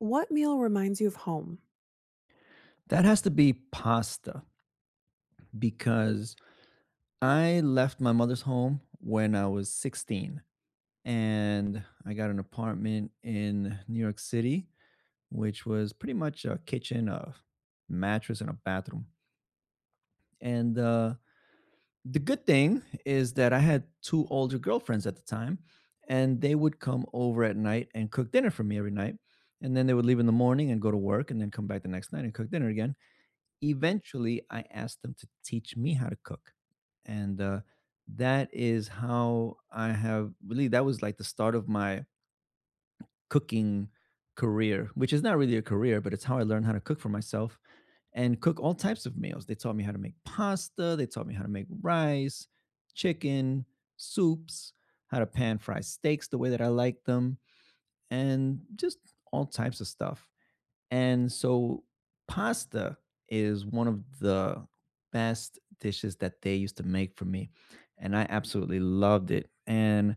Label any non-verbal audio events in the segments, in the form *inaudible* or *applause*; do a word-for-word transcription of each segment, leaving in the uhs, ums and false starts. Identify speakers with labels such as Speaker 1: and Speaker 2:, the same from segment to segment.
Speaker 1: What meal reminds you of home?
Speaker 2: That has to be pasta because I left my mother's home when I was sixteen, and I got an apartment in New York City, which was pretty much a kitchen, a mattress, and a bathroom. And uh, The good thing is that I had two older girlfriends at the time, and they would come over at night and cook dinner for me every night. And then they would leave in the morning and go to work and then come back the next night and cook dinner again. Eventually I asked them to teach me how to cook. And uh, That is how I have really, that was like the start of my cooking career, which is not really a career, but it's how I learned how to cook for myself and cook all types of meals. They taught me how to make pasta, they taught me how to make rice, chicken, soups, how to pan fry steaks the way that I like them, and just all types of stuff. And so pasta is one of the best dishes that they used to make for me, and I absolutely loved it. And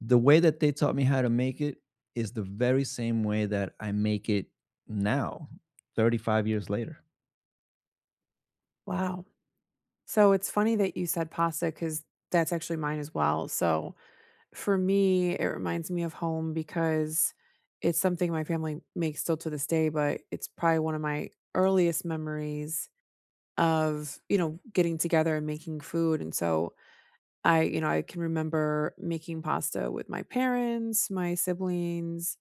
Speaker 2: the way that they taught me how to make it is the very same way that I make it now, thirty-five years later.
Speaker 1: Wow. So it's funny that you said pasta because that's actually mine as well. So for me, it reminds me of home because it's something my family makes still to this day, but it's probably one of my earliest memories of, you know, getting together and making food. And so I, you know, I can remember making pasta with my parents, my siblings,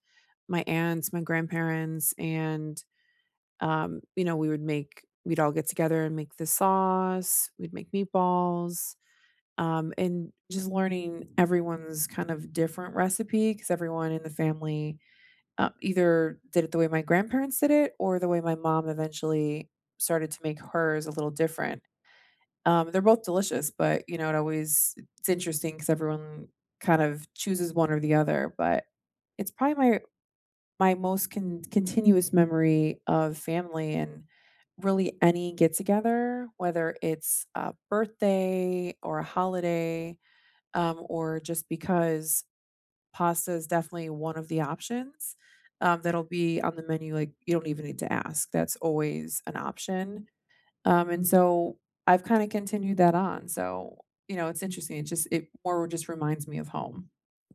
Speaker 1: my aunts, my grandparents, and Um, you know, we would make we'd all get together and make the sauce, we'd make meatballs, um, and just learning everyone's kind of different recipe because everyone in the family, uh, either did it the way my grandparents did it or the way my mom eventually started to make hers a little different. Um, they're both delicious, but, you know, it always it's interesting because everyone kind of chooses one or the other, but it's probably my my most con continuous memory of family and really any get together, whether it's a birthday or a holiday, um, or just because pasta is definitely one of the options, um, that'll be on the menu, like, you don't even need to ask, that's always an option, um, and so I've kinda continued that on, so, you know, it's interesting, it just it more just reminds me of home.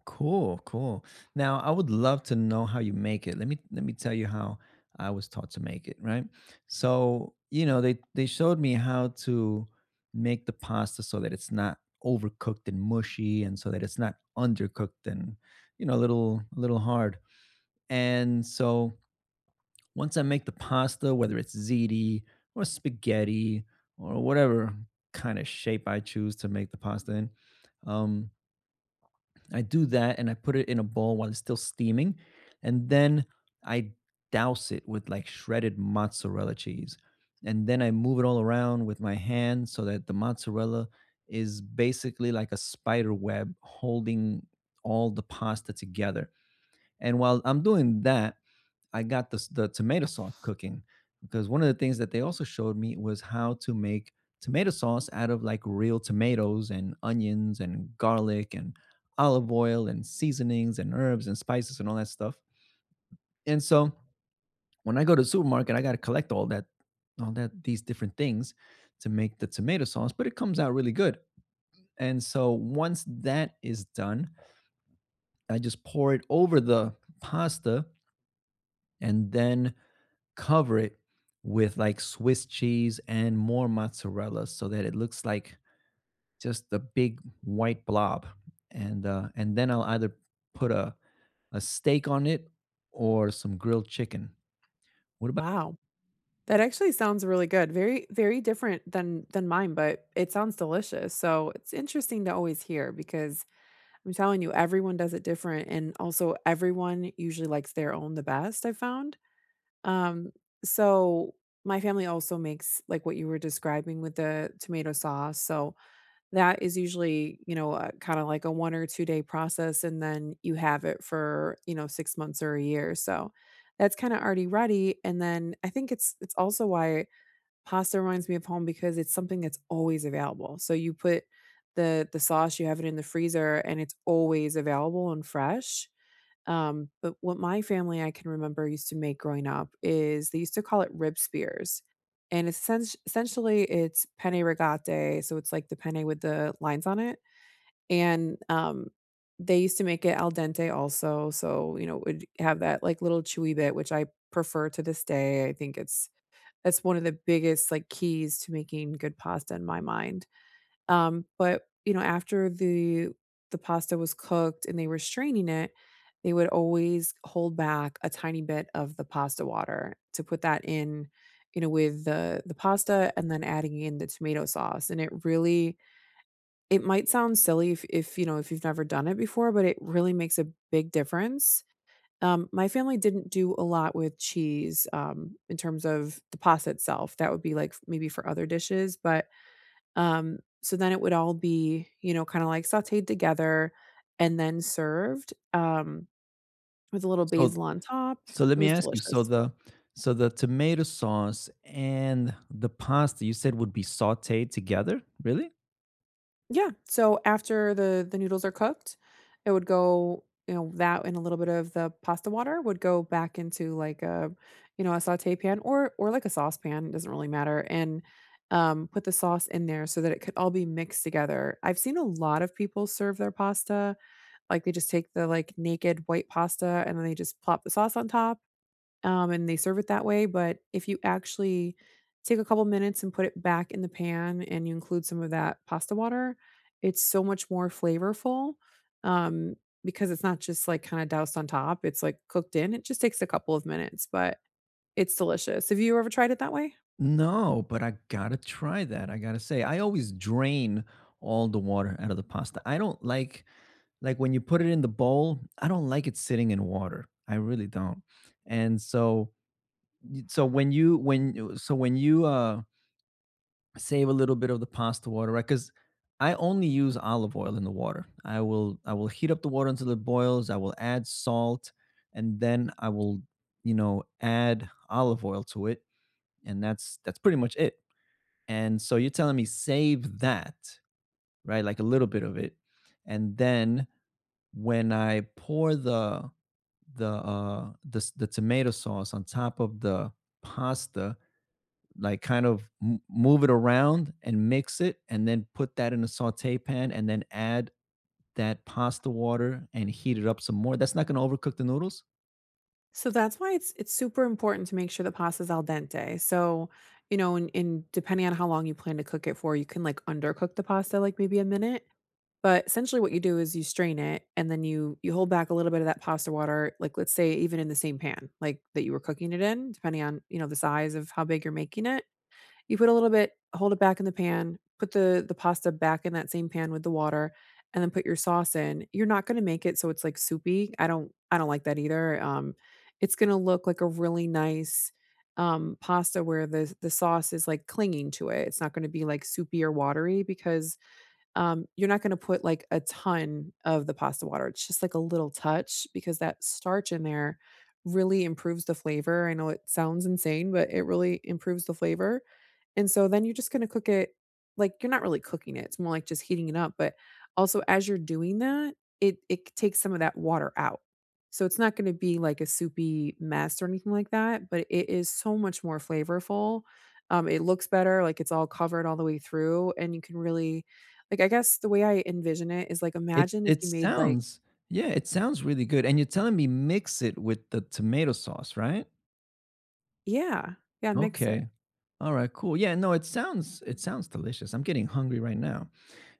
Speaker 2: Cool, cool. Now, I would love to know how you make it. Let me let me tell you how I was taught to make it, right? So, you know, they they showed me how to make the pasta so that it's not overcooked and mushy and so that it's not undercooked and, you know, a little a little hard. And so, once I make the pasta, whether it's ziti or spaghetti or whatever kind of shape I choose to make the pasta in, um I do that and I put it in a bowl while it's still steaming. And then I douse it with like shredded mozzarella cheese. And then I move it all around with my hand so that the mozzarella is basically like a spider web holding all the pasta together. And while I'm doing that, I got this the tomato sauce cooking, because one of the things that they also showed me was how to make tomato sauce out of like real tomatoes and onions and garlic and olive oil and seasonings and herbs and spices and all that stuff. And so when I go to the supermarket, I got to collect all that, all that, these different things to make the tomato sauce, but it comes out really good. And so once that is done, I just pour it over the pasta and then cover it with like Swiss cheese and more mozzarella so that it looks like just a big white blob. And uh, and then I'll either put a, a steak on it or some grilled chicken. What about
Speaker 1: Wow. That actually sounds really good, very, very different than than mine, but it sounds delicious, so it's interesting to always hear because I'm telling you, everyone does it different, and also everyone usually likes their own the best, I found. Um, so my family also makes like what you were describing with the tomato sauce. So that is usually, you know, uh, kind of like a one or two day process, and then you have it for you know six months or a year. So that's kind of already ready. And then I think it's it's also why pasta reminds me of home because it's something that's always available. So you put the the sauce, you have it in the freezer, and it's always available and fresh. Um, but what my family I can remember used to make growing up is they used to call it rib spears. And it's essen- essentially it's penne rigate, so it's like the penne with the lines on it. And um, They used to make it al dente also, so you know it would have that like little chewy bit, which I prefer to this day. I think it's that's one of the biggest, like, keys to making good pasta in my mind, um, but, you know, after the the pasta was cooked and they were straining it, they would always hold back a tiny bit of the pasta water to put that in, you know, with the the pasta and then adding in the tomato sauce, and it really it might sound silly if if, you know, if you've never done it before, but it really makes a big difference. Um, my family didn't do a lot with cheese, um, in terms of the pasta itself, that would be, like, f maybe for other dishes, but, um so then it would all be, you know, kinda, like, sautéed together and then served, um, with a little
Speaker 2: so
Speaker 1: basil on top.
Speaker 2: so let
Speaker 1: It
Speaker 2: me
Speaker 1: was
Speaker 2: ask you, so
Speaker 1: delicious.
Speaker 2: the so the tomato sauce and the pasta you said would be sauteed together? Really?
Speaker 1: Yeah, so after the the noodles are cooked, it would go you know, that and a little bit of the pasta water would go back into like a, you know, a sauté pan or or like a saucepan, it doesn't really matter, and, um, put the sauce in there so that it could all be mixed together. I've seen a lot of people serve their pasta, like, they just take the, like, naked white pasta and then they just plop the sauce on top, um, and they serve it that way. But if you actually take a couple minutes and put it back in the pan and you include some of that pasta water, it's so much more flavorful, um, because it's not just like kind of doused on top, it's like cooked in. It just takes a couple of minutes, but it's delicious. Have you ever tried it that way?
Speaker 2: No, but I gotta try that. I gotta say, I always drain all the water out of the pasta. I don't like like when you put it in the bowl, I don't like it sitting in water. I really don't. And so y- so when you when you- so when you uh save a little bit of the pasta water, right? Cuz I only use olive oil in the water. I will I will heat up the water until it boils. I will add salt and then I will, you know, add olive oil to it, and that's that's pretty much it. And so you're telling me save that, right? Like a little bit of it. And then when I pour the the uh the the tomato sauce on top of the pasta, like kind of m- move it around and mix it and then put that in a saute pan and then add that pasta water and heat it up some more. That's not going to overcook the noodles.
Speaker 1: So that's why it's it's super important to make sure the pasta's al dente. So, you know, and, and depending on how long you plan to cook it for, you can like undercook the pasta like maybe a minute. But essentially what you do is you strain it and then you you hold back a little bit of that pasta water, like, let's say even in the same pan, like, that you were cooking it in, depending on, you know, the size of how big you're making it. You put a little bit hold it back in the pan, put the the pasta back in that same pan with the water, and then put your sauce in. You're not gonna make it so it's, like, soupy. I don't I don't like that either. Um, it's gonna look like a really nice, um, pasta where the the sauce is, like, clinging to it. It's not gonna be, like, soupy or watery because um, you're not gonna put, like, a ton of the pasta water, it's just, like, a little touch because that starch in there really improves the flavor. I know it sounds insane, but it really improves the flavor, and so then you're just gonna cook it, like, you're not really cooking it, it's more like just heating it up, but also as you're doing that, it it takes some of that water out. So it's not gonna be like a soupy mess or anything like that, but it is so much more flavorful. Um, it looks better, like, it's all covered all the way through, and you can really, like, I guess the way I envision it is, like,
Speaker 2: It
Speaker 1: imagine if
Speaker 2: it
Speaker 1: you made, like,
Speaker 2: sounds Yeah, it sounds really good. And you're telling me mix it with the tomato sauce, right?
Speaker 1: yeah, yeah, mix it.
Speaker 2: Okay. All right, cool. Yeah, no, it sounds it sounds delicious. I'm getting hungry right now.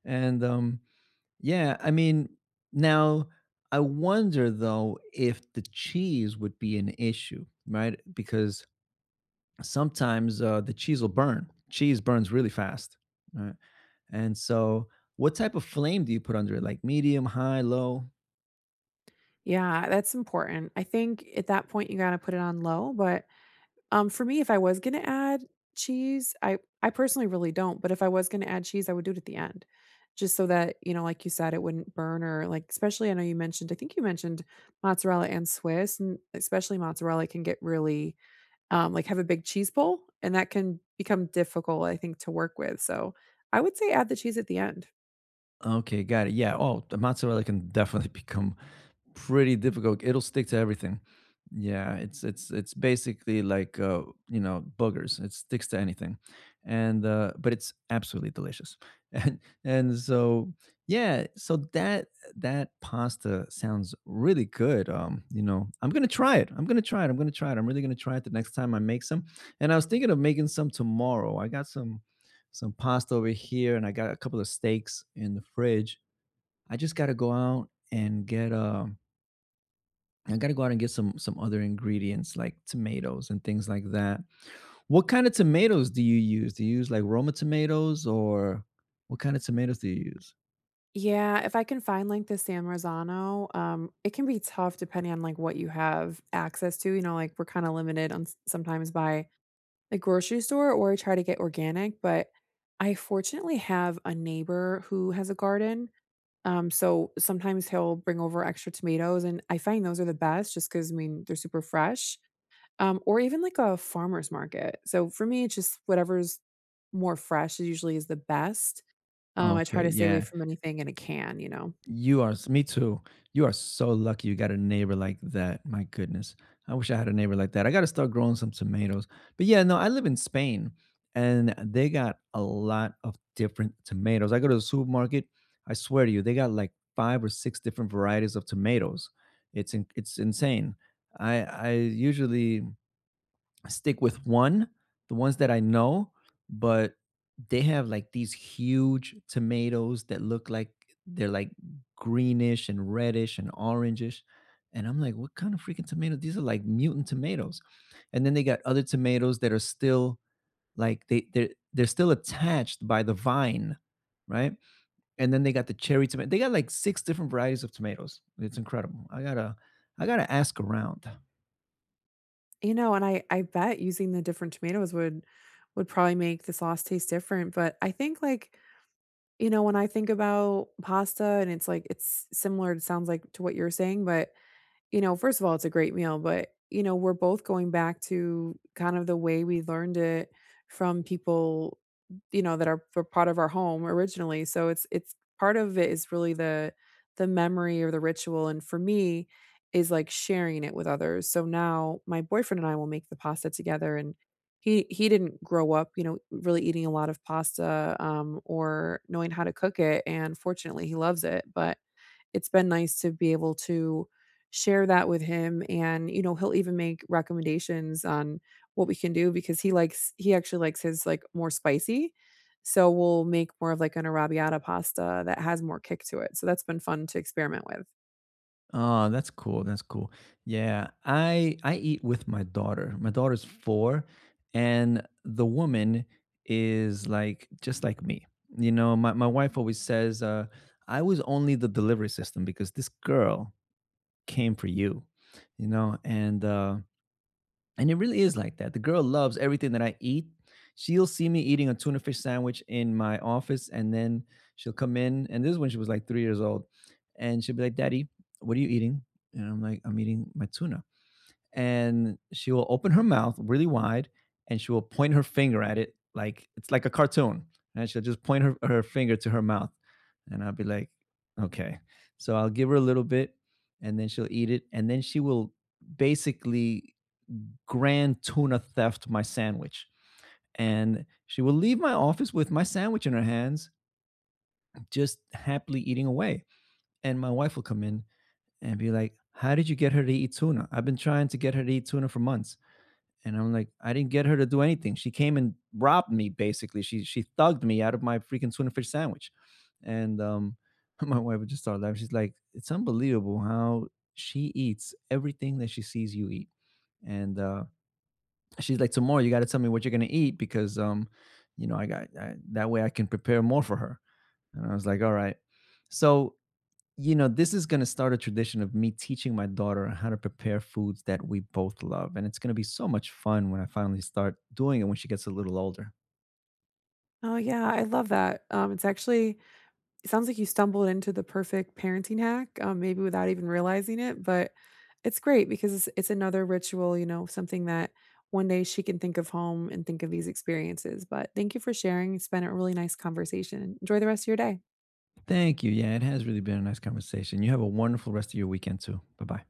Speaker 2: And um Yeah, I mean, now I wonder though if the cheese would be an issue, right? Because sometimes uh the cheese will burn. Cheese burns really fast, right? And so what type of flame do you put under it? Like medium, high, low?
Speaker 1: Yeah, that's important. I think at that point, you gotta put it on low, but, um, for me, if I was gonna add cheese, I I personally really don't, but if I was gonna add cheese, I would do it at the end just so that, you know, like you said, it wouldn't burn or, like especially I know you mentioned I think you mentioned mozzarella and Swiss, and especially mozzarella can get really. Um, like, have a big cheese bowl, and that can become difficult, I think, to work with, so I would say add the cheese at the end.
Speaker 2: Okay, got it. Yeah. Oh, the mozzarella can definitely *laughs* become pretty difficult. It'll stick to everything. Yeah, it's it's it's basically like uh, you know, boogers. It sticks to anything. And uh but it's absolutely delicious. *laughs* And and so yeah, so that that pasta sounds really good. Um, you know, I'm going to try it. I'm going to try it. I'm going to try it. I'm really going to try it the next time I make some. And I was thinking of making some tomorrow. I got some some pasta over here, and I got a couple of steaks in the fridge. I just got to go out and get um I got to go out and get some some other ingredients like tomatoes and things like that. What kind of tomatoes do you use? Do you use like Roma tomatoes, or what kind of tomatoes do you use?
Speaker 1: Yeah, if I can find, like, the San Marzano, um, it can be tough depending on, like, what you have access to, you know, like, we're kinda limited on s sometimes by the grocery store or I try to get organic, but I fortunately have a neighbor who has a garden. Um, so sometimes he'll bring over extra tomatoes, and I find those are the best just because I mean, they're super fresh, um, or even like a farmer's market. So for me, it's just whatever's more fresh is usually is the best. Um, I try
Speaker 2: Okay,
Speaker 1: to stay away
Speaker 2: yeah.
Speaker 1: from anything in a can, you know?
Speaker 2: You are s Me too. You are so lucky you got a neighbor like that, my goodness. I wish I had a neighbor like that. I gotta start growing some tomatoes. But, yeah, no, I live in Spain, and they got a lot of different tomatoes. I go to the supermarket, I swear to you, they got, like, five or six different varieties of tomatoes. It's in it's insane. I I usually, I stick with one, the ones that I know, but they have like these huge tomatoes that look like they're like greenish and reddish and orangish. And I'm like, what kind of freaking tomato? These are like mutant tomatoes. And then they got other tomatoes that are still like they they're they're still attached by the vine, right? And then they got the cherry tomato. They got like six different varieties of tomatoes. It's incredible. I gotta, I gotta ask around.
Speaker 1: You know, and I I bet using the different tomatoes would would probably make the sauce taste different, but I think, like, you know, when I think about pasta and it's like it's similar, it sounds like to what you're saying, but you know, first of all, it's a great meal, but, you know, we're both going back to kind of the way we learned it from people, you know, that are were part of our home originally. So it's it's part of it is really the the memory or the ritual, and for me, is like sharing it with others. So now my boyfriend and I will make the pasta together, and he he didn't grow up, you know, really eating a lot of pasta um or knowing how to cook it, and fortunately he loves it. But it's been nice to be able to share that with him, and, you know, he'll even make recommendations on what we can do because he likes he actually likes his, like, more spicy. So we'll make more of, like, an arrabbiata pasta that has more kick to it. So that's been fun to experiment with.
Speaker 2: Oh, that's cool. That's cool. Yeah, I I eat with my daughter. My daughter's four and the woman is like just like me. You know, my my wife always says, uh, "I was only the delivery system because this girl came for you." You know, and uh and it really is like that. The girl loves everything that I eat. She'll see me eating a tuna fish sandwich in my office, and then she'll come in. And this is when she was like three years old. And she'll be like, "Daddy, what are you eating?" And I'm like, "I'm eating my tuna." And she will open her mouth really wide, and she will point her finger at it like it's like a cartoon. And she'll just point her, her finger to her mouth. And I'll be like, okay. So I'll give her a little bit, and then she'll eat it. And then she will basically grand tuna theft my sandwich. And she would leave my office with my sandwich in her hands, just happily eating away. And my wife would come in and be like, "How did you get her to eat tuna? I've been trying to get her to eat tuna for months." And I'm like, "I didn't get her to do anything. She came and robbed me, basically. She she thugged me out of my freaking tuna fish sandwich." And um, *laughs* My wife would just start laughing. She's like, "It's unbelievable how she eats everything that she sees you eat." And uh, She's like, tomorrow you got to tell me what you're gonna eat, because um you know, i got I, that way I can prepare more for her. And I was like, all right. So, you know, this is gonna start a tradition of me teaching my daughter how to prepare foods that we both love, and it's gonna be so much fun when I finally start doing it when she gets a little older.
Speaker 1: Oh, yeah, I love that. Um, it's actually It sounds like you stumbled into the perfect parenting hack, um, maybe without even realizing it, but it's great because it's, it's another ritual, you know, something that one day she can think of home and think of these experiences. But thank you for sharing. It's been a really nice conversation. Enjoy the rest of your day.
Speaker 2: Thank you. Yeah, it has really been a nice conversation. You have a wonderful rest of your weekend too. Bye bye.